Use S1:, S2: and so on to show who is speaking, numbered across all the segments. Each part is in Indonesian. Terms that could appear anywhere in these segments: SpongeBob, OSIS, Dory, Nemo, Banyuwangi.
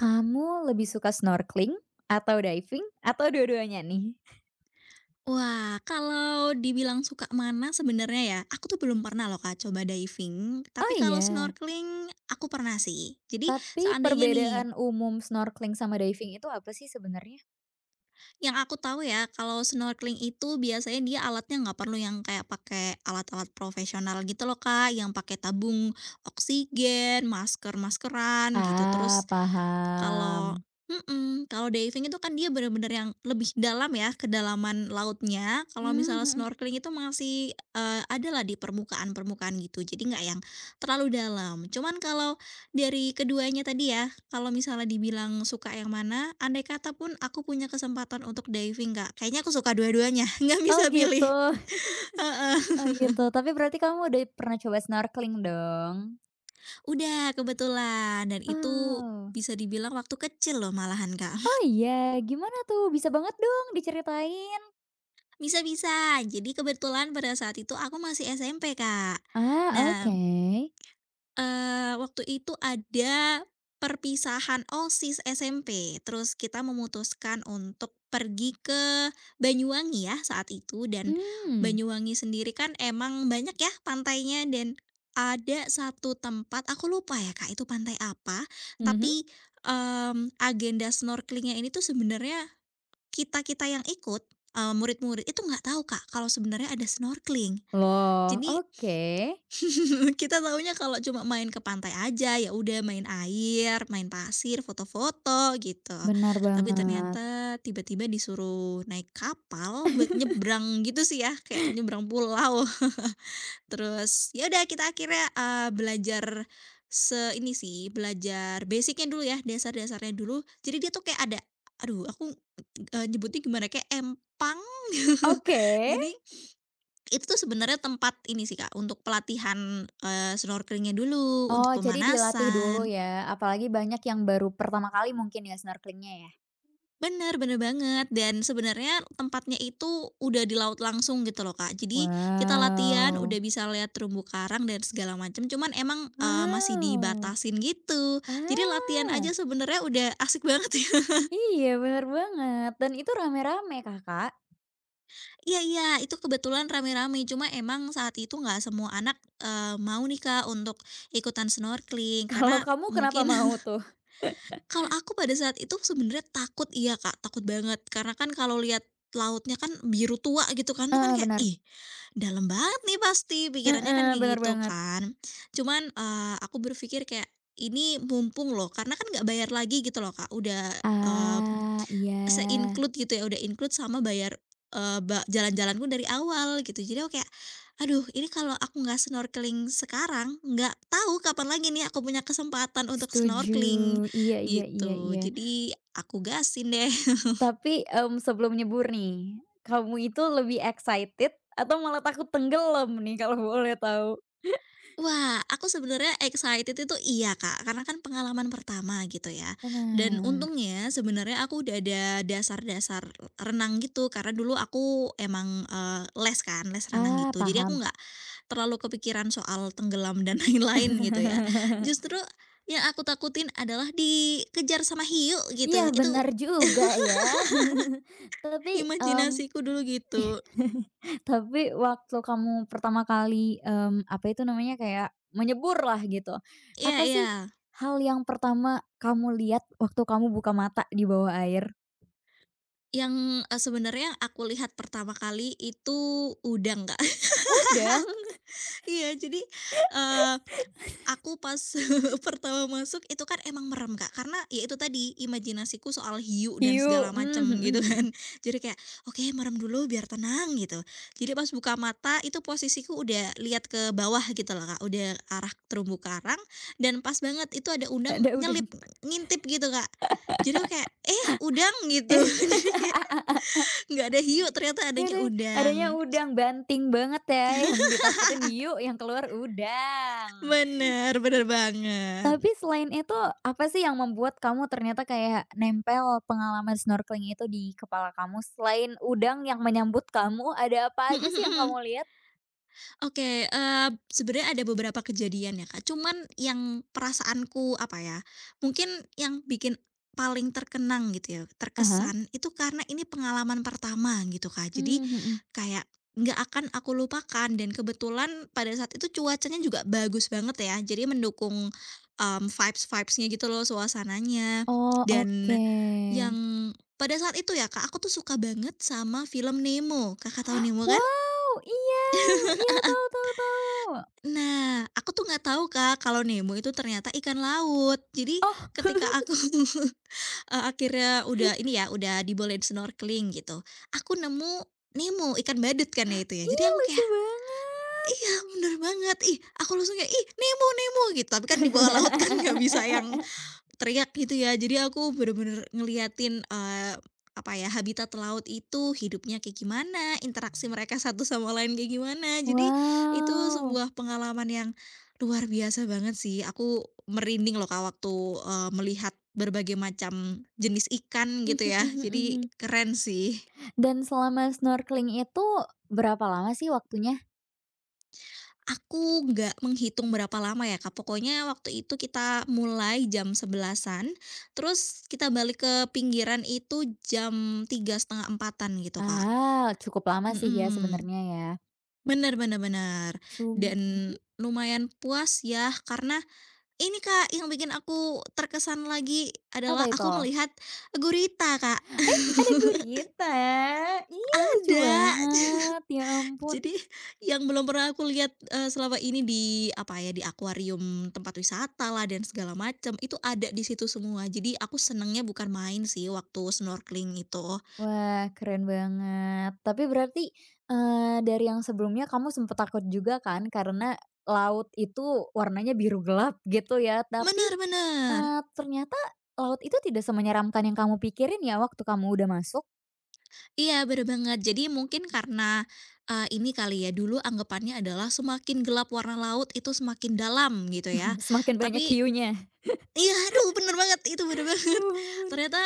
S1: Kamu lebih suka snorkeling atau diving atau dua-duanya nih?
S2: Wah, kalau dibilang suka mana sebenarnya ya, aku tuh belum pernah loh Kak coba diving,
S1: Oh
S2: tapi kalau
S1: iya,
S2: snorkeling aku pernah sih. Jadi
S1: tapi
S2: seandainya nih,
S1: perbedaan umum snorkeling sama diving itu apa sih sebenarnya?
S2: yang aku tahu ya kalau snorkeling itu biasanya dia alatnya nggak perlu yang kayak pakai alat-alat profesional gitu loh Kak, yang pakai tabung oksigen, masker-maskeran gitu. Terus.
S1: Ah,
S2: Kalau
S1: paham.
S2: mhm, kalau diving itu kan dia bener-bener yang lebih dalam ya, kedalaman lautnya. Kalau
S1: Mmm,
S2: misalnya
S1: mhm.
S2: snorkeling itu masih, adalah di permukaan-permukaan gitu, jadi nggak yang terlalu dalam. Cuman kalau dari keduanya tadi ya, kalau misalnya dibilang suka yang mana, andai kata pun aku punya kesempatan untuk diving, nggak, kayaknya aku suka dua-duanya, nggak
S1: Oh
S2: bisa
S1: gitu,
S2: pilih. Heeh,
S1: oh gitu, tapi berarti kamu udah pernah coba snorkeling dong?
S2: udah kebetulan dan itu
S1: Oh.
S2: bisa dibilang waktu kecil loh malahan, Kak.
S1: Oh iya, gimana tuh? Bisa banget dong diceritain.
S2: Bisa-bisa. Jadi kebetulan pada saat itu aku masih SMP, Kak.
S1: Ah,
S2: Nah,
S1: oke.
S2: waktu itu ada perpisahan OSIS SMP, terus kita memutuskan untuk pergi ke Banyuwangi ya saat itu, dan
S1: Mmm,
S2: Banyuwangi sendiri kan emang banyak ya pantainya, dan ada satu tempat, aku lupa ya Kak itu pantai apa,
S1: mhm.
S2: tapi, agenda snorkelingnya ini tuh sebenarnya kita-kita yang ikut, murid-murid itu nggak tahu Kak kalau sebenarnya ada snorkeling.
S1: Loh,
S2: Jadi
S1: oke.
S2: kita taunya kalau cuma main ke pantai aja, ya udah main air, main pasir, foto-foto gitu.
S1: Benar
S2: Tapi
S1: banget.
S2: ternyata tiba-tiba disuruh naik kapal buat nyebrang gitu sih ya, kayak nyebrang pulau. Terus, ya udah kita akhirnya, belajar se ini sih, belajar basicnya dulu ya, dasar-dasarnya dulu. Jadi dia tuh kayak ada aduh aku, nyebutnya gimana, kayak empang.
S1: Oke.
S2: Jadi itu tuh sebenarnya tempat ini sih Kak, untuk pelatihan, snorkeling dulu,
S1: Oh,
S2: untuk
S1: jadi dilatih dulu
S2: pemanasan.
S1: ya, apalagi banyak yang baru pertama kali mungkin ya snorkelingnya ya?
S2: Bener bener banget, dan sebenarnya tempatnya itu udah di laut langsung gitu loh, Kak. Jadi kita latihan
S1: Wow.
S2: udah bisa lihat terumbu karang dan segala macam, cuman emang, masih
S1: Wow,
S2: dibatasin gitu. Jadi latihan
S1: ah,
S2: aja sebenarnya udah asik banget ya.
S1: iya bener banget dan itu rame-rame Kakak?
S2: Iya iya, itu kebetulan rame-rame, cuma emang saat itu nggak semua anak, mau nih, Kak, untuk ikutan snorkeling
S1: Kalau
S2: karena
S1: kamu kenapa
S2: mungkin.
S1: mau tuh?
S2: Kalau aku pada saat itu sebenarnya takut iya, Kak, takut banget. Karena kan kalau lihat lautnya kan biru tua gitu kan, tuh kan
S1: Heeh,
S2: kayak,
S1: benar.
S2: "Ih, dalam banget nih pasti," pikirannya kan
S1: Heeh, benar
S2: kayak gitu
S1: banget.
S2: kan. Cuman, aku berpikir kayak, "Ini mumpung loh," karena kan nggak bayar lagi gitu loh, Kak, udah, eee,
S1: Ah, iya,
S2: se-include gitu ya, udah include sama bayar, eee, ba jalan-jalanku dari awal gitu. Jadi aku kayak, "Aduh, ini kalau aku nggak snorkeling sekarang, nggak tahu kapan lagi nih aku punya kesempatan untuk
S1: setuju,
S2: snorkeling."
S1: iya iya iya
S2: Gitu,
S1: iya.
S2: jadi aku gasin deh.
S1: Tapi, sebelum nyebur nih, kamu itu lebih excited atau malah takut tenggelam nih kalau boleh tahu?
S2: Wah, aku sebenarnya excited itu iya, Kak, karena kan pengalaman pertama gitu ya. Dan
S1: Benar.
S2: untungnya sebenarnya aku udah ada dasar-dasar renang gitu, karena dulu aku emang, les kan, les renang
S1: Ah,
S2: gitu. Jadi aku
S1: paham.
S2: nggak terlalu kepikiran soal tenggelam dan lain-lain gitu ya. Justru yang aku takutin adalah dikejar sama hiu
S1: Iya,
S2: gitu, itu
S1: benar juga ya. Tapi, mmm,
S2: imajinasiku dulu gitu.
S1: tapi waktu kamu pertama kali, apa itu namanya, kayak menyebur lah gitu.
S2: Iya
S1: Apa
S2: iya.
S1: sih hal yang pertama kamu lihat waktu kamu buka mata di bawah air?
S2: Yang, sebenarnya aku lihat pertama kali itu udang, Kak.
S1: Udang,
S2: Iya, jadi, eee, aku pas pertama masuk itu kan emang merem, Kak, karena ya itu tadi imajinasiku soal hiu dan
S1: hiu,
S2: segala
S1: mmm,
S2: macem
S1: mhm
S2: gitu
S1: mhm.
S2: kan. Jadi kayak, "Oke, merem dulu biar tenang," gitu. Jadi pas buka mata itu posisiku udah lihat ke bawah gitu loh, Kak, udah arah terumbu karang, dan pas banget itu ada udang
S1: Ada
S2: nyelip,
S1: udang.
S2: ngintip gitu, Kak. Jadi aku kayak, "Eh, udang?" gitu. Jadi kayak, nggak ada hiu ternyata adanya
S1: Ada, adanya
S2: udang.
S1: udang, banting banget ya, yang ditakutin hiu, yang keluar udang.
S2: Bener bener banget.
S1: Tapi selain itu, apa sih yang membuat kamu ternyata kayak nempel pengalaman snorkeling itu di kepala kamu? Selain udang yang menyambut kamu, ada apa
S2: Mhm
S1: aja sih yang
S2: mhm.
S1: kamu lihat?
S2: Oke, sebenarnya ada beberapa kejadian ya, Kak, cuman yang perasaanku apa ya, mungkin yang bikin paling terkenang gitu ya,
S1: Ah.
S2: terkesan itu karena ini pengalaman pertama gitu, Kak. Jadi
S1: Mmm, mhm.
S2: kayak nggak akan aku lupakan, dan kebetulan pada saat itu cuacanya juga bagus banget ya, jadi mendukung, vibesnya gitu loh, suasananya.
S1: Oh, oke.
S2: Dan yang pada saat itu ya, Kak, aku tuh suka banget sama film Nemo. Kakak tahu Nemo kan?
S1: Wow, iya iya, tahu tahu tahu.
S2: Nah, aku tuh nggak tahu Kak, kalau Nemo itu ternyata ikan laut. Jadi
S1: Oh,
S2: ketika aku, akhirnya udah ini ya, udah dibolehin snorkeling gitu, aku nemu Nemo, ikan badut kan ya itu ya. Jadi
S1: iya
S2: aku
S1: lucu
S2: kayak,
S1: banget.
S2: "Iya bener banget!" Ih, aku langsung kayak, "Ih Nemo Nemo!" gitu, tapi kan di bawah laut kan nggak bisa yang teriak gitu ya. Jadi aku bener-bener ngeliatin, apa ya, habitat laut itu hidupnya kayak gimana, interaksi mereka satu sama lain kayak gimana. Jadi itu
S1: Wow,
S2: sebuah pengalaman yang luar biasa banget sih. Aku merinding loh, Kak, waktu, melihat berbagai macam jenis ikan gitu
S1: mhm
S2: ya.
S1: mhm mhm.
S2: Jadi
S1: Mhm.
S2: keren sih.
S1: Dan selama snorkeling itu berapa lama sih waktunya?
S2: Aku nggak menghitung berapa lama ya, Kak, pokoknya waktu itu kita mulai jam sebelasan, terus kita balik ke pinggiran itu jam tiga setengah empatan gitu, Kak.
S1: Ah, cukup lama sih ya
S2: Mhm,
S1: sebenarnya ya.
S2: bener bener bener,
S1: Cum
S2: dan
S1: mhm,
S2: lumayan puas ya karena ini, Kak, yang bikin aku terkesan lagi
S1: apa
S2: adalah
S1: itu?
S2: aku melihat gurita, Kak.
S1: Hei, ada gurita! Iya lucu
S2: Ada.
S1: banget, ya ampun.
S2: Jadi yang belum pernah aku lihat, selama ini di apa ya, di akuarium tempat wisata lah dan segala macam, itu ada di situ semua. Jadi aku senengnya bukan main sih waktu snorkeling itu.
S1: Wah, keren banget. Tapi berarti, dari yang sebelumnya kamu sempet takut juga kan karena laut itu warnanya biru gelap gitu ya, tapi,
S2: Benar-benar.
S1: eee, ternyata laut itu tidak semenyeramkan yang kamu pikirin ya waktu kamu udah masuk.
S2: Iya bener banget. Jadi mungkin karena, ini kali ya, dulu anggapannya adalah semakin gelap warna laut itu semakin dalam gitu ya.
S1: Semakin banyak
S2: Tapi
S1: hiunya.
S2: iya, aduh bener banget, itu bener
S1: Ya
S2: banget.
S1: ampun.
S2: Ternyata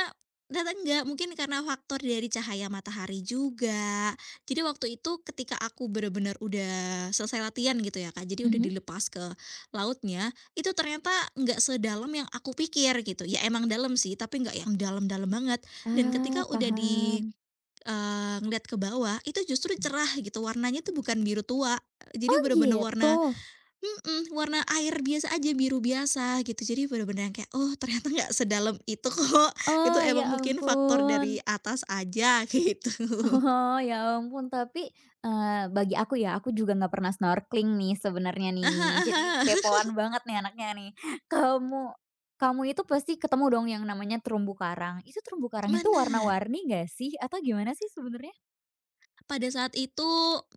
S2: ternyata enggak, mungkin karena faktor dari cahaya matahari juga. Jadi waktu itu ketika aku bener-bener udah selesai latihan gitu ya, Kak, jadi udah
S1: Mhm.
S2: dilepas ke lautnya, itu ternyata nggak sedalam yang aku pikir gitu. Ya emang dalam sih, tapi nggak yang dalam-dalam banget. Dan
S1: Ah,
S2: ketika udah di
S1: paham.
S2: ngeliat ke bawah, itu justru cerah gitu, warnanya tuh bukan biru tua, jadi
S1: Oh
S2: bener-bener warna,
S1: gitu?
S2: mhm, warna air biasa aja, biru biasa gitu. Jadi bener-bener yang kayak, "Oh ternyata nggak sedalam itu kok, itu
S1: Oh ya
S2: emang mungkin faktor
S1: ampun.
S2: dari atas aja," gitu.
S1: Oh ya ampun tapi, bagi aku ya, aku juga nggak pernah snorkeling nih sebenarnya
S2: Aha
S1: nih, jadi
S2: aha,
S1: kepoan banget nih anaknya nih. Kamu kamu itu pasti ketemu dong yang namanya terumbu karang. Itu terumbu karang itu
S2: bener.
S1: warna-warni nggak sih? Atau gimana sih sebenarnya?
S2: Pada saat itu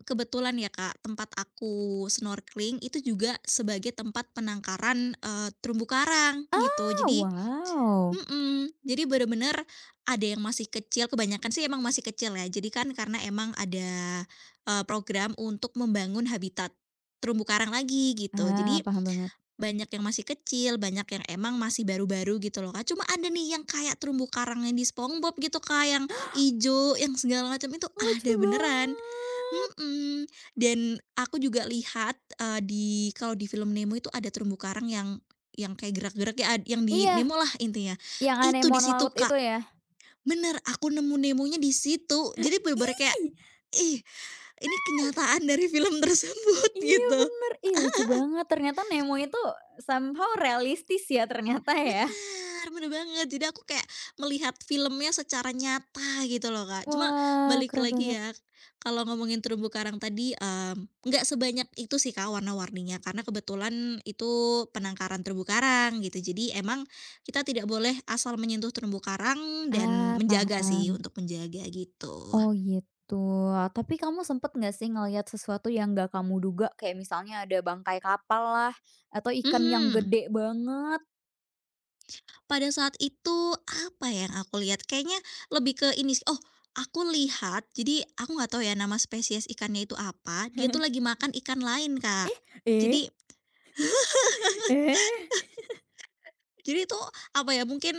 S2: kebetulan ya Kak, tempat aku snorkeling itu juga sebagai tempat penangkaran, terumbu karang gitu.
S1: Ah,
S2: Jadi
S1: wow.
S2: mhm, jadi bener-bener ada yang masih kecil, kebanyakan sih emang masih kecil ya. Jadi kan karena emang ada, program untuk membangun habitat terumbu karang lagi gitu. Jadi
S1: Ah, paham banget.
S2: banyak yang masih kecil, banyak yang emang masih baru-baru gitu loh, Kak. Cuma ada nih yang kayak terumbu karang yang di SpongeBob gitu, Kak, yang ijo, yang segala macam itu
S1: Lucu
S2: ada beneran.
S1: banget.
S2: Mhm, dan aku juga lihat, di kalau di film Nemo itu ada terumbu karang yang kayak gerak-gerak ya, yang di Nemo
S1: Iya,
S2: lah intinya.
S1: yang
S2: Itu di
S1: anemon
S2: situ,
S1: laut itu
S2: Kak.
S1: ya?
S2: Bener, aku nemu Nemonya di situ. Jadi bener-bener kayak, ih, ini kenyataan dari film tersebut
S1: Iya
S2: gitu.
S1: bener, ih lucu banget ternyata Nemo itu somehow realistis ya ternyata ya.
S2: Bener bener banget. Jadi aku kayak melihat filmnya secara nyata gitu loh, Kak. Cuma
S1: Wah
S2: balik
S1: keren
S2: lagi
S1: banget,
S2: ya, kalau ngomongin terumbu karang tadi, nggak sebanyak itu sih, Kak, warna-warninya karena kebetulan itu penangkaran terumbu karang gitu. Jadi emang kita tidak boleh asal menyentuh terumbu karang dan
S1: ah
S2: menjaga
S1: paham,
S2: sih, untuk menjaga gitu.
S1: oh gitu. Tapi kamu sempet nggak sih ngelihat sesuatu yang nggak kamu duga kayak misalnya ada bangkai kapal lah, atau ikan yang
S2: Mhm.
S1: gede banget?
S2: Pada saat itu, apa ya yang aku lihat, kayaknya lebih ke ini sih, oh, aku lihat, jadi aku nggak tahu ya nama spesies ikannya itu apa, dia tuh lagi makan ikan lain, Kak.
S1: Eh,
S2: Jadi
S1: eh,
S2: jadi itu, apa ya, mungkin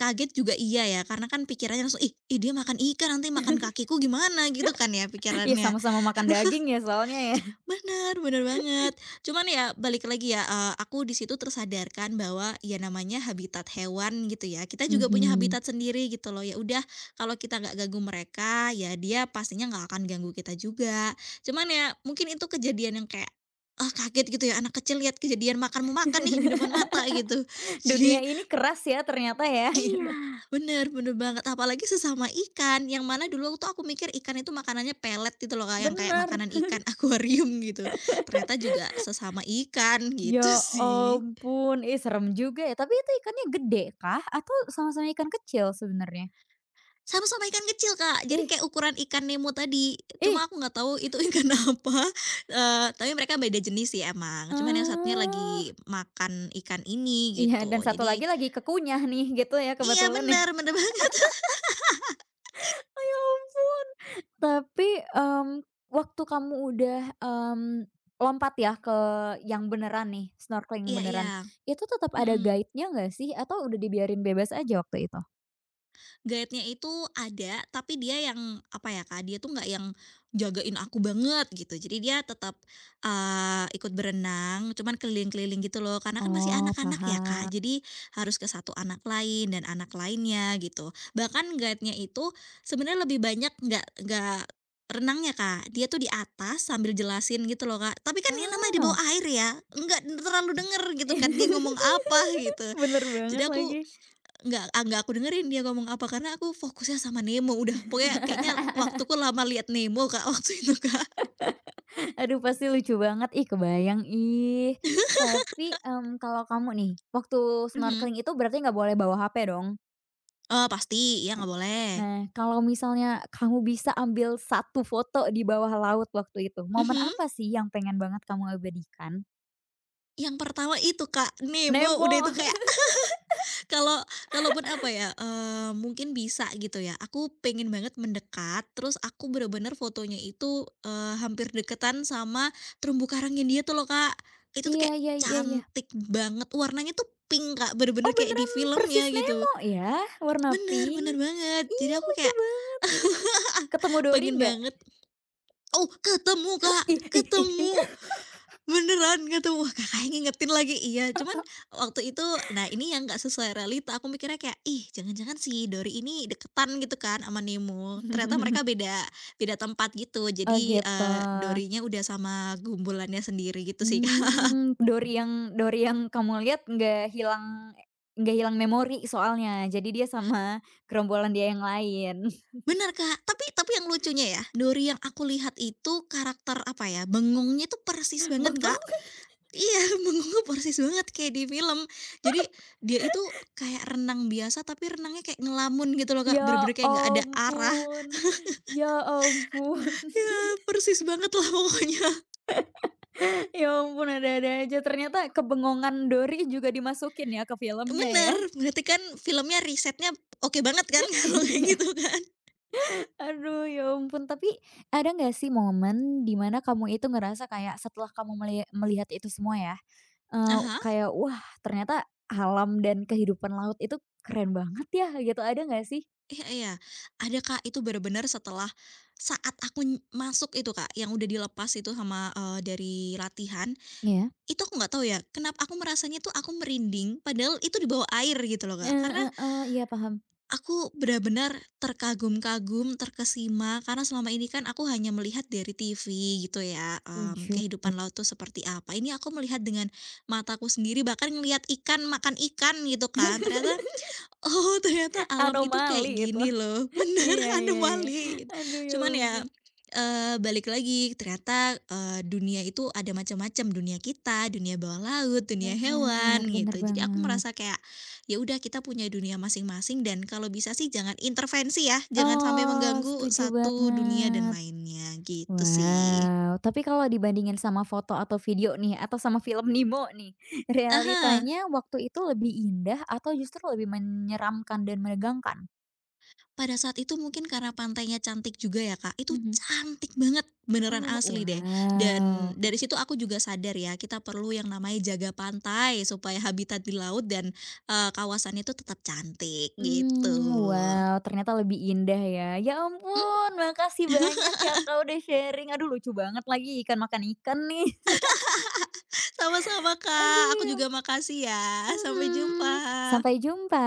S2: kaget juga iya ya, karena kan pikirannya langsung, "Ih ih dia makan ikan, nanti makan kakiku gimana?" Gitu kan ya
S1: ya
S2: pikirannya.
S1: sama-sama makan daging ya soalnya ya.
S2: Bener bener banget. Cuman ya balik lagi ya, aku di situ tersadarkan bahwa ya namanya habitat hewan gitu ya, kita juga punya
S1: Mhm.
S2: habitat sendiri gitu loh. Ya udah kalau kita nggak ganggu mereka, ya dia pastinya nggak akan ganggu kita juga. Cuman ya mungkin itu kejadian yang kayak, ah, kaget gitu ya, anak kecil lihat kejadian makan memakan nih di depan mata gitu.
S1: Dunia
S2: Jadi
S1: ini keras ya ternyata ya
S2: iya,
S1: gitu.
S2: bener bener banget, apalagi sesama ikan, yang mana dulu tuh aku mikir ikan itu makanannya pelet gitu loh Kak, yang kayak
S1: Bener.
S2: makanan ikan akuarium gitu, ternyata juga sesama ikan gitu
S1: Ya
S2: sih.
S1: ampun, ih serem juga ya. Tapi itu ikannya gede kah atau sama-sama ikan kecil sebenarnya?
S2: Sama-sama ikan kecil Kak, jadi
S1: Ih,
S2: kayak ukuran ikan Nemo tadi,
S1: ih,
S2: cuma aku nggak tahu itu ikan apa, tapi mereka beda jenis sih emang, cuman yang satunya
S1: eee,
S2: lagi makan ikan ini
S1: iya dan
S2: gitu,
S1: satu
S2: jadi
S1: lagi kekunyah nih gitu ya
S2: iya
S1: kebetulan nih.
S2: bener, bener banget.
S1: Ya ampun. Tapi, mmm, waktu kamu udah, mmm, lompat ya ke yang beneran nih, snorkeling yang
S2: Iya iya,
S1: beneran, itu tetap ada
S2: mhm.
S1: guide-nya nggak sih atau udah dibiarin bebas aja waktu itu?
S2: Guide-nya itu ada, tapi dia yang apa ya, Kak, dia tuh nggak yang jagain aku banget gitu. Jadi dia tetap, ikut berenang, cuman keliling-keliling gitu loh, karena kan masih
S1: Oh
S2: anak-anak ya, Kak.
S1: paham.
S2: Jadi harus ke satu anak lain dan anak lainnya gitu. Bahkan guide-nya itu sebenarnya lebih banyak nggak renangnya, Kak. Dia tuh di atas sambil jelasin gitu loh, Kak. Tapi kan yang namanya di
S1: Ah.
S2: bawah air ya, nggak terlalu denger gitu kan dia ngomong apa gitu.
S1: Bener
S2: Jadi
S1: banget
S2: aku
S1: lagi.
S2: nggak ah, nggak aku dengerin dia ngomong apa, karena aku fokusnya sama Nemo udah, pokoknya kayaknya waktuku lama lihat Nemo, Kak, waktu itu, Kak.
S1: Aduh pasti lucu banget, ih kebayang, ih. Tapi, kalau kamu nih, waktu
S2: Mhm.
S1: snorkeling itu berarti nggak boleh bawa HP dong?
S2: Oh, pasti, ya nggak boleh.
S1: Nah, kalau misalnya kamu bisa ambil satu foto di bawah laut waktu itu, momen
S2: Mhm,
S1: apa sih yang pengen banget kamu abadikan?
S2: yang pertama itu, Kak, Nemo, udah
S1: Nemo!
S2: itu kayak kalau kalaupun apa ya, mungkin bisa gitu ya, aku pengen banget mendekat, terus aku bener-bener fotonya itu, hampir deketan sama terumbu karangnya dia tuh loh, Kak. Itu tuh
S1: Iya
S2: kayak
S1: iya iya iya.
S2: cantik banget, warnanya tuh pink, Kak,
S1: Oh
S2: bener-bener kayak di
S1: beneran
S2: film
S1: persis
S2: ya gitu.
S1: Nemo ya? Warna
S2: Bener
S1: pink?
S2: bener banget. Jadi
S1: Ih
S2: aku
S1: lucu
S2: kayak
S1: banget. Ketemu Dory
S2: pengen
S1: nggak?
S2: banget, oh ketemu, Kak,
S1: Ih ih ih ih.
S2: ketemu, beneran ketemu. Wah, Kakaknya ngingetin lagi, iya. Cuman waktu itu nah ini yang nggak sesuai realita, aku mikirnya kayak, "Ih, jangan-jangan si Dori ini deketan gitu kan sama Nemo." Ternyata mereka beda beda tempat gitu.
S1: Oh
S2: Jadi,
S1: gitu.
S2: Dory-nya udah sama gumbulannya sendiri gitu sih, Kak.
S1: Mmm, Dory yang kamu lihat nggak hilang memori soalnya, jadi dia sama gerombolan dia yang lain.
S2: Bener, Kak, tapi yang lucunya ya, Dori yang aku lihat itu karakter apa ya, bengongnya tuh persis banget, Kak.
S1: Bengong.
S2: Iya, menguap persis banget kayak di film. Jadi, dia itu kayak renang biasa tapi renangnya kayak ngelamun gitu loh Kak,
S1: Ya
S2: bener-bener kayak nggak ada arah.
S1: ampun, ya ampun,
S2: Ya, persis banget lah pokoknya.
S1: ya ampun, ada-ada aja. Ternyata kebengongan Dory juga dimasukin ya ke filmnya ya?
S2: Bener, berarti kan filmnya risetnya oke banget kan kalau kayak
S1: Iya.
S2: gitu kan.
S1: Aduh, ya ampun. Tapi ada nggak sih momen di mana kamu itu ngerasa kayak setelah kamu melihat itu semua ya, eee,
S2: Aha,
S1: kayak, "Wah, ternyata alam dan kehidupan laut itu keren banget ya," gitu. Ada nggak sih?
S2: iya iya. Ada Kak, itu benar-benar setelah saat aku masuk itu Kak, yang udah dilepas itu sama, dari latihan,
S1: Iya.
S2: itu aku nggak tahu ya, kenapa aku merasanya tuh aku merinding, padahal itu di bawah air gitu loh Kak.
S1: Eh,
S2: Karena
S1: heeh, iya paham.
S2: aku benar-benar terkagum-kagum, terkesima, karena selama ini kan aku hanya melihat dari TV gitu ya,
S1: Setuju.
S2: kehidupan laut tuh seperti apa. Ini aku melihat dengan mataku sendiri, bahkan ngelihat ikan makan ikan gitu kan. Ternyata oh, ternyata alam itu kayak
S1: Anomali itu.
S2: gini loh, bener
S1: Iya iya iya.
S2: anomali.
S1: Aduh, ya
S2: Cuman ya,
S1: ampun.
S2: balik lagi ternyata, dunia itu ada macam-macam, dunia kita, dunia bawah laut, dunia
S1: Benar
S2: hewan
S1: benar
S2: gitu. Jadi aku
S1: banget.
S2: merasa kayak, ya udah kita punya dunia masing-masing dan kalau bisa sih jangan intervensi ya, jangan sampai
S1: Oh,
S2: mengganggu
S1: setuju
S2: satu dunia dan
S1: banget.
S2: lainnya, gitu sih.
S1: Wow, tapi kalau dibandingin sama foto atau video nih, atau sama film Nemo nih,
S2: Aha.
S1: realitanya waktu itu lebih indah atau justru lebih menyeramkan dan menegangkan?
S2: Pada saat itu mungkin karena pantainya cantik juga ya, Kak, itu
S1: Mhm.
S2: cantik banget, beneran
S1: Oh,
S2: asli deh. Dan
S1: wow.
S2: dari situ aku juga sadar ya, kita perlu yang namanya jaga pantai supaya habitat di laut dan, kawasannya itu tetap cantik, gitu.
S1: Hmm. Wow, ternyata lebih indah ya. Ya
S2: Mhm,
S1: ampun, makasih banyak ya kau udah sharing. Aduh lucu banget lagi ikan makan ikan nih.
S2: sama-sama,
S1: Aduh.
S2: Kak, aku
S1: Ya.
S2: juga makasih ya, sampai jumpa.
S1: Mhm. Sampai jumpa.